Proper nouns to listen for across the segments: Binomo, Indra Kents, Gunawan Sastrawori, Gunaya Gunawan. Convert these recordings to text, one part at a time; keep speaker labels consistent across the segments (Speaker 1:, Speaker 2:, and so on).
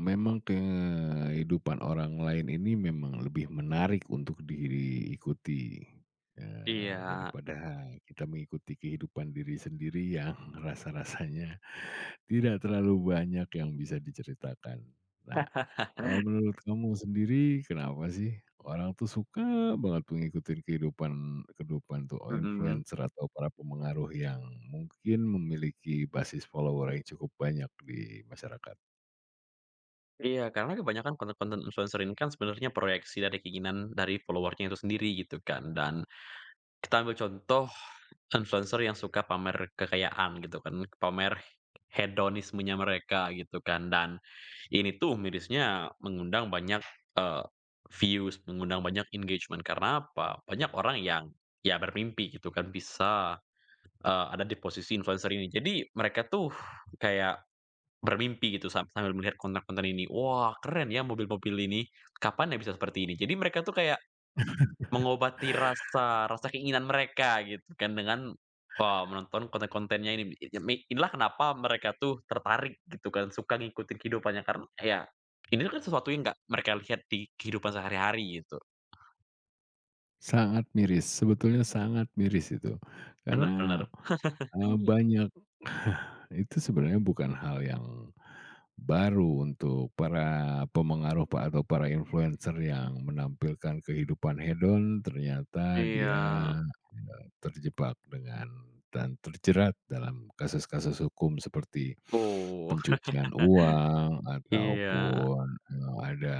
Speaker 1: Memang kehidupan orang lain ini memang lebih menarik untuk diikuti,
Speaker 2: Iya.
Speaker 1: daripada kita mengikuti kehidupan diri sendiri yang rasa-rasanya tidak terlalu banyak yang bisa diceritakan. Nah, kalau menurut kamu sendiri kenapa sih orang tuh suka banget mengikuti kehidupan kehidupan tuh oh,
Speaker 2: Mhm.
Speaker 1: influencer atau para pengaruh yang mungkin memiliki basis follower yang cukup banyak di masyarakat?
Speaker 2: Iya, karena kebanyakan konten-konten influencer ini kan sebenarnya proyeksi dari keinginan dari follower itu sendiri gitu kan, dan kita ambil contoh influencer yang suka pamer kekayaan gitu kan, pamer hedonismenya mereka gitu kan, dan ini tuh mirisnya mengundang banyak, eee, views, mengundang banyak engagement, karena apa? Banyak orang yang ya bermimpi gitu kan bisa, ada di posisi influencer ini. Jadi mereka tuh kayak bermimpi gitu sambil melihat konten-konten ini, "Wah, keren ya mobil-mobil ini, kapan ya bisa seperti ini?" Jadi mereka tuh kayak mengobati rasa rasa keinginan mereka gitu kan dengan, wah, menonton konten-kontennya ini. Inilah kenapa mereka tuh tertarik gitu kan, suka ngikutin kehidupannya karena ya ini kan sesuatu yang nggak mereka lihat di kehidupan sehari-hari gitu.
Speaker 1: Sangat miris, sebetulnya sangat miris itu.
Speaker 2: Bener,
Speaker 1: Karena,
Speaker 2: bener.
Speaker 1: banyak itu sebenarnya bukan hal yang baru untuk para pemengaruh pa atau para influencer yang menampilkan kehidupan hedon, ternyata
Speaker 2: Iya.
Speaker 1: dia, terjebak dan terjerat dalam kasus-kasus hukum seperti
Speaker 2: Oh,
Speaker 1: pencucian uang
Speaker 2: iya.
Speaker 1: ataupun, ada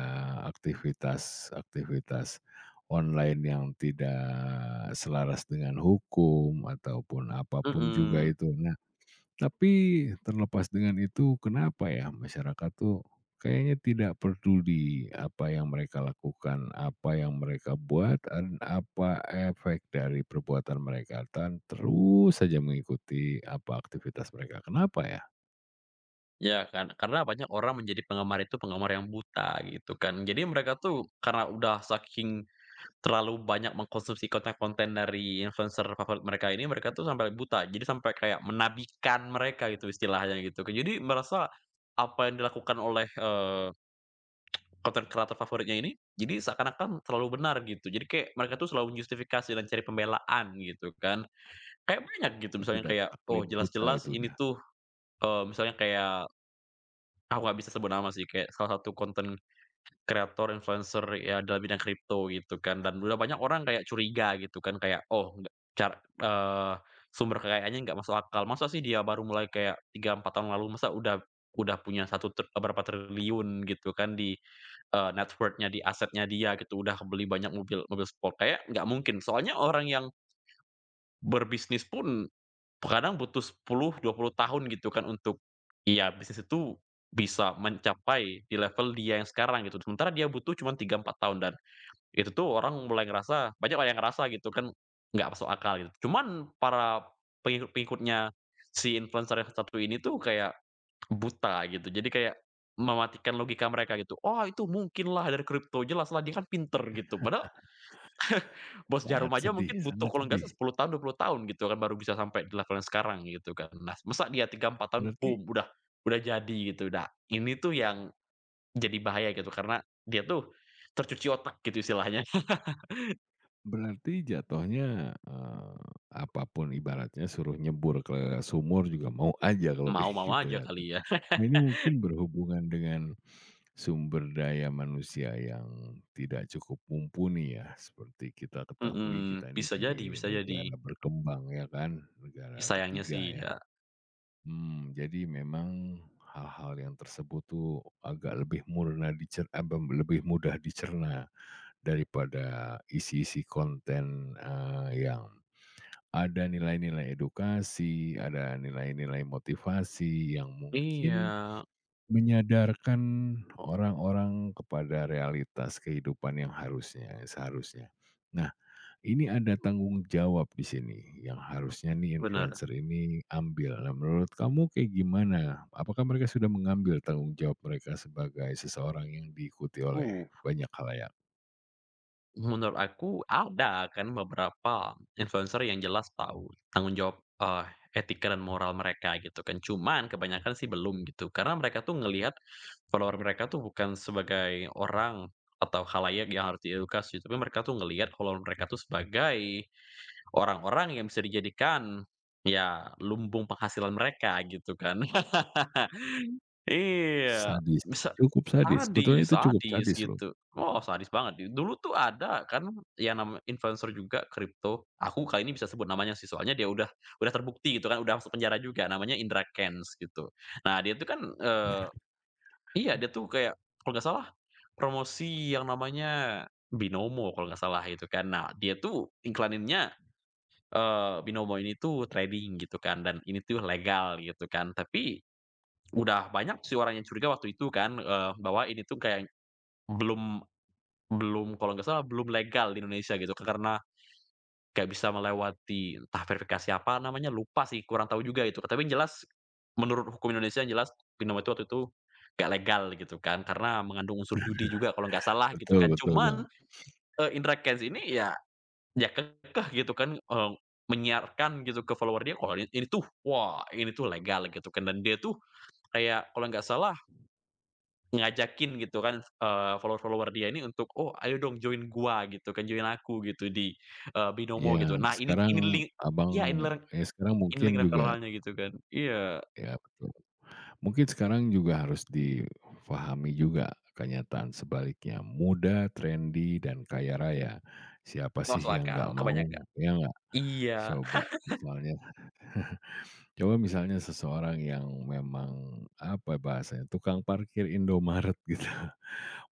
Speaker 1: aktivitas aktivitas online yang tidak selaras dengan hukum ataupun apapun juga
Speaker 2: Mhm.
Speaker 1: itu. Nah, tapi terlepas dengan itu, kenapa ya masyarakat tuh kayaknya tidak peduli apa yang mereka lakukan, apa yang mereka buat, dan apa efek dari perbuatan mereka dan terus saja mengikuti apa aktivitas mereka. Kenapa ya?
Speaker 2: Ya kan, karena banyak orang menjadi penggemar itu penggemar yang buta gitu kan. Jadi mereka tuh karena udah saking terlalu banyak mengkonsumsi konten-konten dari influencer favorit mereka ini, mereka tuh sampai buta. Jadi sampai kayak menabikan mereka gitu istilahnya gitu kan. Jadi merasa apa yang dilakukan oleh, konten kreator favoritnya ini, jadi seakan-akan terlalu benar gitu. Jadi kayak mereka tuh selalu menjustifikasi dan cari pembelaan gitu kan. Kayak banyak gitu
Speaker 1: Itu
Speaker 2: misalnya
Speaker 1: udah
Speaker 2: kayak, oh,
Speaker 1: taklid buta
Speaker 2: jelas-jelas
Speaker 1: itu
Speaker 2: ini
Speaker 1: udah.
Speaker 2: tuh, misalnya kayak aku nggak bisa sebut nama sih, kayak salah satu konten kreator, influencer ya dalam bidang kripto gitu kan, dan udah banyak orang kayak curiga gitu kan, kayak, "Oh, nggak, cara eee, sumber kekayaannya nggak masuk akal. Masa sih dia baru mulai kayak 3 4 tahun lalu, masa udah punya satu tr berapa triliun gitu kan di, net worth-nya, di asetnya dia gitu, udah beli banyak mobil mobil sport." Kayak nggak mungkin, soalnya orang yang berbisnis pun kadang butuh 10, 20 tahun gitu kan untuk ya bisnis itu bisa mencapai di level dia yang sekarang gitu, sementara dia butuh cuman 3 4 tahun dan itu tuh orang mulai ngerasa, banyak orang yang ngerasa gitu kan nggak masuk akal gitu. Cuman para pengikut-pengikutnya si influencer yang satu ini tuh kayak buta gitu, jadi kayak mematikan logika mereka gitu, "Oh, itu mungkinlah dari kripto, jelaslah dia kan pinter," gitu. Padahal bos
Speaker 1: Sangat
Speaker 2: jarum aja
Speaker 1: sedih
Speaker 2: mungkin butuh
Speaker 1: sangat
Speaker 2: kalau nggak
Speaker 1: sedih.
Speaker 2: salah 10 tahun, 20 tahun gitu kan baru bisa sampai dilakukan sekarang gitu kan. Nah, masa dia 3 4 tahun
Speaker 1: Berarti
Speaker 2: boom udah jadi gitu. Nah, ini tuh yang jadi bahaya gitu karena dia tuh tercuci otak gitu istilahnya.
Speaker 1: Berarti jatuhnya, apa ibaratnya suruh nyebur ke sumur juga mau aja kalau kayak
Speaker 2: Mau-mau
Speaker 1: gitu
Speaker 2: aja
Speaker 1: ya.
Speaker 2: kali ya.
Speaker 1: Nah ini mungkin berhubungan dengan sumber daya manusia yang tidak cukup mumpuni ya, seperti kita ketahui
Speaker 2: Mhm,
Speaker 1: kita ini
Speaker 2: bisa
Speaker 1: di
Speaker 2: jadi, bisa jadi.
Speaker 1: negara berkembang ya kan, negara
Speaker 2: Sayangnya sih
Speaker 1: ketiga ya.
Speaker 2: ya.
Speaker 1: Jadi memang hal-hal yang tersebut tuh agak lebih murna dicer apa, lebih mudah dicerna daripada isi-isi konten, yang ada nilai-nilai edukasi, ada nilai-nilai motivasi yang
Speaker 2: Iya,
Speaker 1: mungkin menyadarkan orang-orang kepada realitas kehidupan yang seharusnya. Nah, ini ada tanggung jawab di sini yang harusnya nih
Speaker 2: bener.
Speaker 1: influencer ini ambil. Nah, menurut kamu kayak gimana? Apakah mereka sudah mengambil tanggung jawab mereka sebagai seseorang yang diikuti oleh
Speaker 2: Uh.
Speaker 1: banyak khalayak?
Speaker 2: Menurut aku ada kan beberapa influencer yang jelas tahu tanggung jawab, etika dan moral mereka gitu kan, cuman kebanyakan sih belum gitu. Karena mereka tuh ngelihat follower mereka tuh bukan sebagai orang atau khalayak yang harus diedukasi, tapi mereka tuh ngelihat follower mereka tuh sebagai orang-orang yang bisa dijadikan, ya, lumbung penghasilan mereka gitu kan. Iya.
Speaker 1: Sadis,
Speaker 2: bisa
Speaker 1: cukup sadis, sebetulnya
Speaker 2: Sadis,
Speaker 1: itu cukup
Speaker 2: sadis
Speaker 1: sadis loh.
Speaker 2: gitu. Oh, sadis banget dulu tuh ada kan yang namanya influencer juga kripto, aku kali ini bisa sebut namanya sih, soalnya dia udah terbukti gitu kan, udah masuk penjara juga, namanya Indra Kents gitu. Nah, dia tuh kan, iya, dia tuh kayak kalau nggak salah promosi yang namanya Binomo kalau nggak salah itu kan. Nah, dia tuh iklaninnya, Binomo ini tuh trading gitu kan dan ini tuh legal gitu kan, tapi udah banyak sih orang yang curiga waktu itu kan, bahwa ini tuh kayak belum belum kalau nggak salah belum legal di Indonesia gitu, Kak, karena nggak bisa melewati entah verifikasi apa namanya, lupa sih, kurang tahu juga itu. Tapi yang jelas menurut hukum Indonesia yang jelas pinjol itu waktu itu nggak legal gitu kan, karena mengandung unsur judi juga kalau nggak salah gitu
Speaker 1: Betul
Speaker 2: kan.
Speaker 1: betul, Bang.
Speaker 2: Cuman, Indra Kents ini ya kekeh gitu kan, menyiarkan gitu ke follower dia kalau ini tuh, wah, ini tuh legal gitu kan dan dia tuh kayak kalau nggak salah ngajakin gitu kan, follower-follower dia ini untuk, "Oh, ayo dong join gua," gitu kan, "join aku," gitu di, Binomo
Speaker 1: Iya,
Speaker 2: gitu. Nah,
Speaker 1: sekarang
Speaker 2: ini link
Speaker 1: Abang
Speaker 2: iya,
Speaker 1: ya sekarang
Speaker 2: ini
Speaker 1: mungkin
Speaker 2: link
Speaker 1: juga
Speaker 2: referralnya gitu kan. Iya,
Speaker 1: ya betul. Mungkin sekarang juga harus difahami juga kenyataan sebaliknya, muda, trendy, dan kaya raya. Siapa
Speaker 2: nggak
Speaker 1: sih
Speaker 2: masuk
Speaker 1: yang
Speaker 2: akal
Speaker 1: nggak
Speaker 2: kebanyakan.
Speaker 1: mau, ya nggak?
Speaker 2: Iya,
Speaker 1: Coba misalnya coba misalnya seseorang yang memang, apa bahasanya, tukang parkir Indomaret gitu.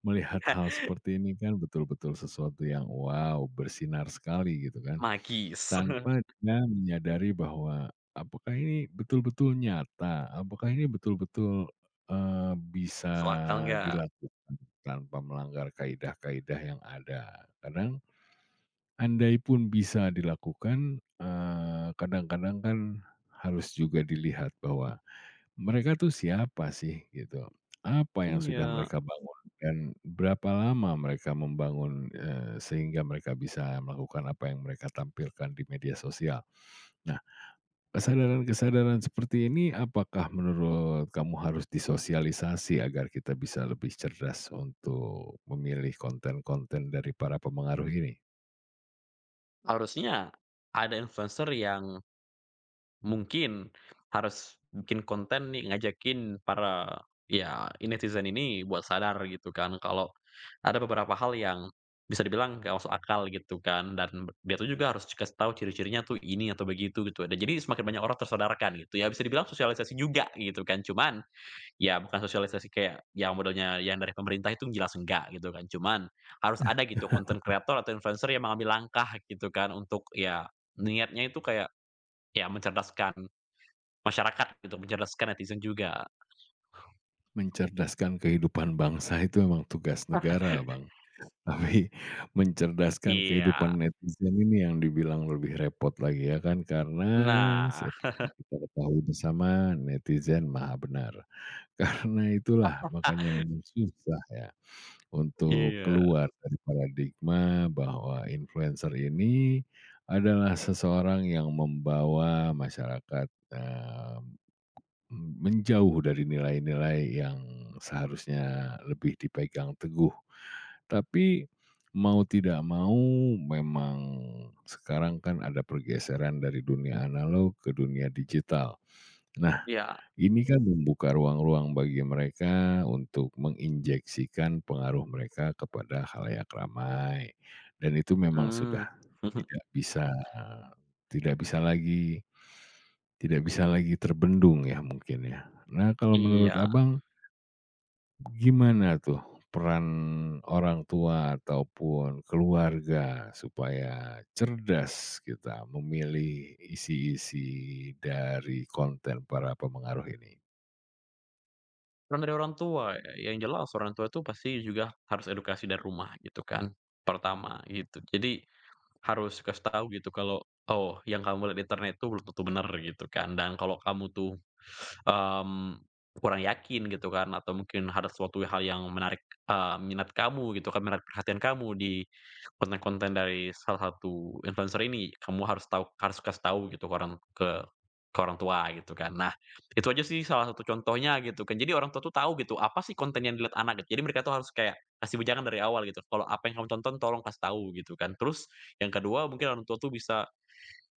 Speaker 1: Melihat hal seperti ini kan betul-betul sesuatu yang wow, bersinar sekali gitu kan,
Speaker 2: magis.
Speaker 1: tanpa dia menyadari bahwa apakah ini betul-betul nyata, apakah ini betul-betul, bisa
Speaker 2: Masuk akal nggak?
Speaker 1: dilakukan tanpa melanggar kaidah-kaidah yang ada. Kadang andai pun bisa dilakukan, kadang-kadang kan harus juga dilihat bahwa mereka tuh siapa sih gitu? Apa yang sudah
Speaker 2: Iya,
Speaker 1: mereka bangun dan berapa lama mereka membangun, sehingga mereka bisa melakukan apa yang mereka tampilkan di media sosial. Nah, kesadaran-kesadaran seperti ini apakah menurut kamu harus disosialisasi agar kita bisa lebih cerdas untuk memilih konten-konten dari para pemengaruh ini?
Speaker 2: harusnya ada influencer yang mungkin harus bikin konten nih, ngajakin para, ya, netizen ini buat sadar gitu kan kalau ada beberapa hal yang bisa dibilang nggak masuk akal gitu kan, dan dia tuh juga harus dikasih tahu ciri-cirinya tuh ini atau begitu gitu. Ya. Dan jadi semakin banyak orang tersadarkan gitu ya, bisa dibilang sosialisasi juga gitu kan. Cuman ya bukan sosialisasi kayak yang modelnya yang dari pemerintah itu jelas enggak gitu kan. Cuman harus ada gitu konten kreator atau influencer yang mengambil langkah gitu kan untuk ya niatnya itu kayak ya mencerdaskan masyarakat gitu, mencerdaskan netizen juga.
Speaker 1: Mencerdaskan kehidupan bangsa itu memang tugas negara, Bang. Tapi mencerdaskan
Speaker 2: Iya.
Speaker 1: kehidupan netizen ini yang dibilang lebih repot lagi ya kan, karena
Speaker 2: Nah,
Speaker 1: seperti kita ketahui bersama netizen maha benar. Karena itulah makanya memang susah ya untuk
Speaker 2: iya.
Speaker 1: keluar dari paradigma bahwa influencer ini adalah seseorang yang membawa masyarakat, menjauh dari nilai-nilai yang seharusnya lebih dipegang teguh. Tapi, mau tidak mau memang sekarang kan ada pergeseran dari dunia analog ke dunia digital. Nah,
Speaker 2: Iya,
Speaker 1: ini kan membuka ruang-ruang bagi mereka untuk menginjeksikan pengaruh mereka kepada khalayak ramai, dan itu memang sudah
Speaker 2: mhm.
Speaker 1: tidak bisa tidak bisa lagi tidak bisa lagi terbendung ya mungkin ya. Nah, kalau menurut
Speaker 2: Iya.
Speaker 1: Abang gimana tuh peran orang tua ataupun keluarga supaya cerdas kita memilih isi-isi dari konten para pemengaruh ini?
Speaker 2: Peran dari orang tua, yang jelas orang tua itu pasti juga harus edukasi dari rumah gitu kan, pertama gitu. Jadi harus kasih tahu gitu kalau, "Oh, yang kamu lihat di internet itu belum tentu benar," gitu kan. Dan kalau kamu tuh, mmm, kurang yakin gitu kan atau mungkin ada suatu hal yang menarik, minat kamu gitu kan, menarik perhatian kamu di konten-konten dari salah satu influencer ini, kamu harus kasih tahu gitu ke orang, ke orang tua gitu kan. Nah, itu aja sih salah satu contohnya gitu kan. Jadi orang tua tuh tahu gitu, apa sih konten yang dilihat anak gitu. Jadi mereka tuh harus kayak kasih wejangan dari awal gitu. Kalau apa yang kamu tonton tolong kasih tahu gitu kan. Terus yang kedua mungkin orang tua tuh bisa,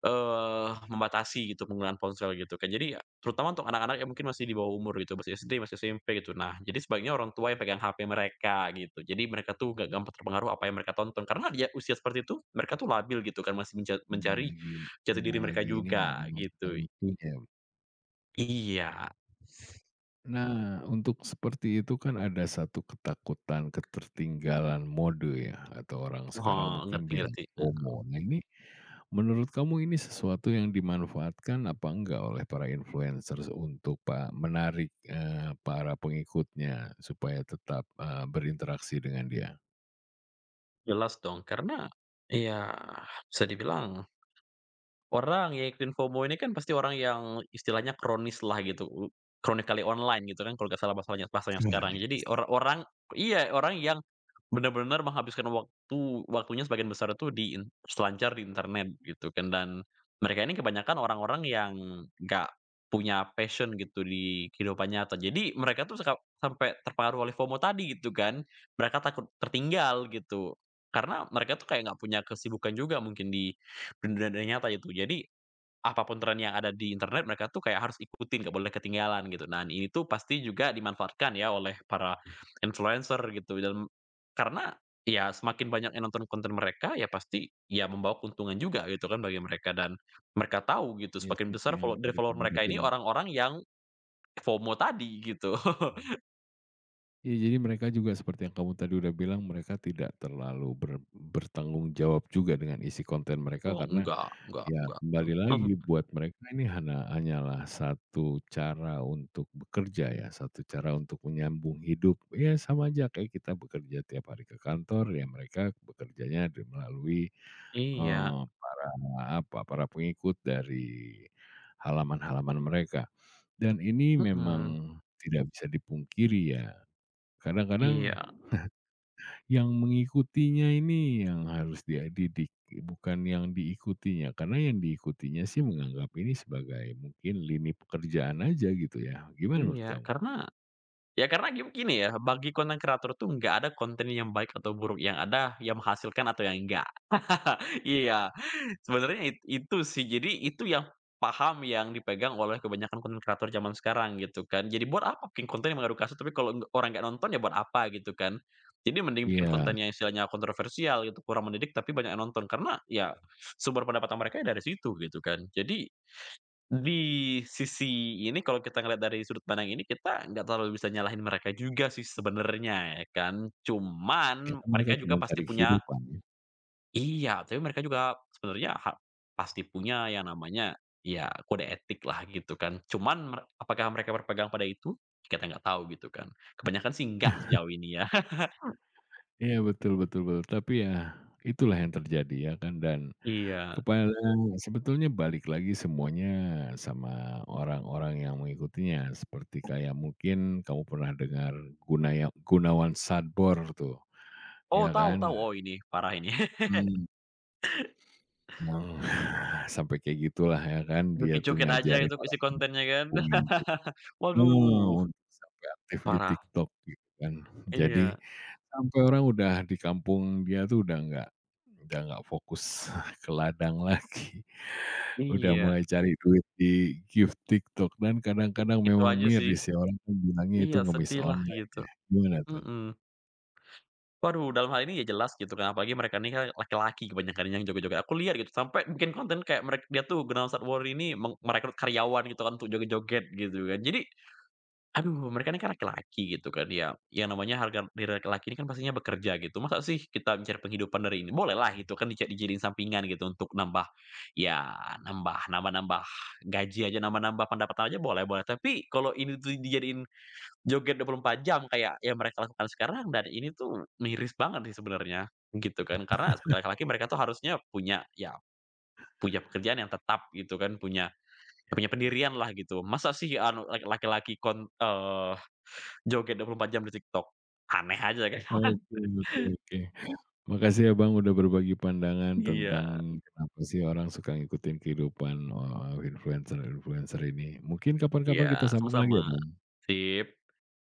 Speaker 2: membatasi gitu penggunaan ponsel gitu kan. Jadi terutama untuk anak-anak yang mungkin masih di bawah umur gitu, masih SD, masih SMP gitu. Nah, jadi sebaiknya orang tua yang pegang HP mereka gitu. Jadi mereka tuh gak gampang terpengaruh apa yang mereka tonton. Karena dia usia seperti itu mereka tuh labil gitu kan, masih menca
Speaker 1: Memang
Speaker 2: mencari
Speaker 1: lagi
Speaker 2: jati diri
Speaker 1: memang
Speaker 2: mereka
Speaker 1: lagi ini ya,
Speaker 2: juga
Speaker 1: memang sedang
Speaker 2: gitu.
Speaker 1: waktunya ya.
Speaker 2: Iya,
Speaker 1: Nah, untuk seperti itu kan ada satu ketakutan ketertinggalan mode ya, atau orang sekarang
Speaker 2: oh,
Speaker 1: mungkin bilang
Speaker 2: ngerti-ngerti, heeh,
Speaker 1: FOMO. Nah ini, menurut kamu ini sesuatu yang dimanfaatkan apa enggak oleh para influencers untuk menarik, para pengikutnya supaya tetap, berinteraksi dengan dia?
Speaker 2: jelas dong karena ya bisa dibilang orang yang ikutin FOMO ini kan pasti orang yang istilahnya kronis lah gitu, chronically online gitu kan kalau nggak salah bahasanya bahasanya
Speaker 1: Gimana
Speaker 2: sekarang.
Speaker 1: nih?
Speaker 2: Jadi orang orang, iya, orang yang benar-benar menghabiskan waktunya sebagian besar itu di selancar di internet gitu kan dan mereka ini kebanyakan orang-orang yang nggak punya passion gitu di kehidupan nyata. Jadi mereka tuh suka sampai terpengaruh oleh FOMO tadi gitu kan. Mereka takut tertinggal gitu. Karena mereka tuh kayak nggak punya kesibukan juga mungkin di dunia dunia nyata itu. Jadi Apapun tren yang ada di internet mereka tuh kayak harus ikutin, nggak boleh ketinggalan gitu. Nah, ini tuh pasti juga dimanfaatkan ya oleh para influencer gitu dan karena ya semakin banyak yang nonton konten mereka ya pasti ya membawa keuntungan juga gitu kan bagi mereka dan mereka tahu gitu
Speaker 1: Ya
Speaker 2: semakin
Speaker 1: seperti
Speaker 2: besar
Speaker 1: yang
Speaker 2: follow dari
Speaker 1: tadi
Speaker 2: follower
Speaker 1: kamu udah
Speaker 2: mereka ini
Speaker 1: bilang.
Speaker 2: orang-orang yang FOMO tadi gitu.
Speaker 1: Ya jadi mereka juga seperti yang kamu tadi udah bilang mereka tidak terlalu bertanggung jawab juga dengan isi konten mereka
Speaker 2: Oh,
Speaker 1: karena
Speaker 2: enggak, enggak,
Speaker 1: ya,
Speaker 2: enggak.
Speaker 1: kembali lagi buat mereka ini hanyalah satu cara untuk bekerja ya, satu cara untuk menyambung hidup. Ya sama aja kayak kita bekerja tiap hari ke kantor, ya mereka bekerjanya di melalui,
Speaker 2: Iya,
Speaker 1: para apa, para pengikut dari halaman-halaman mereka. Dan ini
Speaker 2: mhm,
Speaker 1: memang tidak bisa dipungkiri ya, kadang-kadang
Speaker 2: iya,
Speaker 1: yang mengikutinya ini yang harus dia didik, bukan yang diikutinya. Karena yang diikutinya sih menganggap ini sebagai mungkin lini pekerjaan aja gitu ya. Gimana menurut
Speaker 2: iya,
Speaker 1: kamu?
Speaker 2: karena ya karena gini ya, bagi konten kreator tuh nggak ada konten yang baik atau buruk, yang ada yang menghasilkan atau yang enggak. Iya, sebenarnya itu sih. Jadi itu yang paham yang dipegang oleh kebanyakan konten kreator zaman sekarang gitu kan. Jadi buat apa bikin konten yang mengadu kasar, tapi kalau orang nggak nonton ya buat apa gitu kan. Jadi mending bikin
Speaker 1: Iya,
Speaker 2: konten yang istilahnya kontroversial gitu, kurang mendidik tapi banyak yang nonton. Karena ya sumber pendapatan mereka ya dari situ gitu kan. Jadi di sisi ini kalau kita ngeliat dari sudut pandang ini kita nggak terlalu bisa nyalahin mereka juga sih sebenarnya ya kan, cuman
Speaker 1: karena mereka
Speaker 2: mereka juga
Speaker 1: cuma
Speaker 2: pasti
Speaker 1: cari
Speaker 2: punya.
Speaker 1: kehidupan ya.
Speaker 2: Iya, tapi mereka juga sebenarnya pasti punya yang namanya ya kode etik lah gitu kan. Cuman apakah mereka berpegang pada itu? Kita nggak tahu gitu kan. Kebanyakan sih nggak sejauh ini ya.
Speaker 1: Iya betul betul betul, tapi ya itulah yang terjadi ya kan dan
Speaker 2: Iya.
Speaker 1: kepala sebetulnya balik lagi semuanya sama orang-orang yang mengikutinya. Seperti kayak mungkin kamu pernah dengar Gunawan sadbor tuh,
Speaker 2: Oh,
Speaker 1: ya
Speaker 2: tahu,
Speaker 1: kan?
Speaker 2: tahu, oh, ini parah ini.
Speaker 1: Mmm. Nah, sampai kayak gitulah ya kan, dia tuh
Speaker 2: Joget-joget aja
Speaker 1: ngajarin
Speaker 2: itu isi
Speaker 1: orang
Speaker 2: kontennya kan.
Speaker 1: kampung untuk heeh,
Speaker 2: Waduh,
Speaker 1: untuk sampai aktif di
Speaker 2: parah.
Speaker 1: TikTok gitu kan. Jadi,
Speaker 2: Iya,
Speaker 1: sampai orang udah di kampung dia tuh udah nggak fokus ke ladang lagi, udah
Speaker 2: iya.
Speaker 1: mulai cari duit di gift TikTok dan kadang-kadang
Speaker 2: Itu
Speaker 1: memang
Speaker 2: aja sih.
Speaker 1: miris ya, orang kan bilangnya itu
Speaker 2: Iya,
Speaker 1: ngemis
Speaker 2: sedih lah
Speaker 1: online
Speaker 2: gitu.
Speaker 1: ya, gimana tuh?
Speaker 2: Mhm. Waduh, dalam hal ini ya jelas gitu kan, apalagi mereka ini kan laki-laki kebanyakan yang joget-joget. Aku lihat gitu sampai bikin konten kayak mereka, dia tuh Gunawan Sastrawori ini merekrut karyawan gitu kan untuk joget-joget gitu kan. Jadi, aduh, mereka ini kan laki-laki gitu kan ya, yang namanya harga diri laki-laki ini kan pastinya bekerja gitu. Masa sih kita mencari penghidupan dari ini? Bolehlah itu kan dijadiin sampingan gitu untuk nambah, ya, nambah, nambah-nambah gaji aja, nambah-nambah pendapatan aja, boleh, boleh. Tapi kalau ini tuh dijadiin joget 24 jam kayak yang mereka lakukan sekarang dan ini tuh miris banget sih sebenarnya, gitu kan. Karena sebagai laki-laki mereka tuh harusnya punya ya punya pekerjaan yang tetap gitu kan, punya punya pendirian lah gitu. Masa sih anu, laki-laki joget 24 jam di TikTok? Aneh aja kan.
Speaker 1: Oke oke oke. Makasih ya Bang udah berbagi pandangan
Speaker 2: Iya,
Speaker 1: tentang mhm kenapa sih orang suka ngikutin kehidupan, influencer-influencer ini. Mungkin kapan-kapan kita
Speaker 2: iya,
Speaker 1: sambung lagi ya
Speaker 2: sama-sama.
Speaker 1: Bang.
Speaker 2: Sip.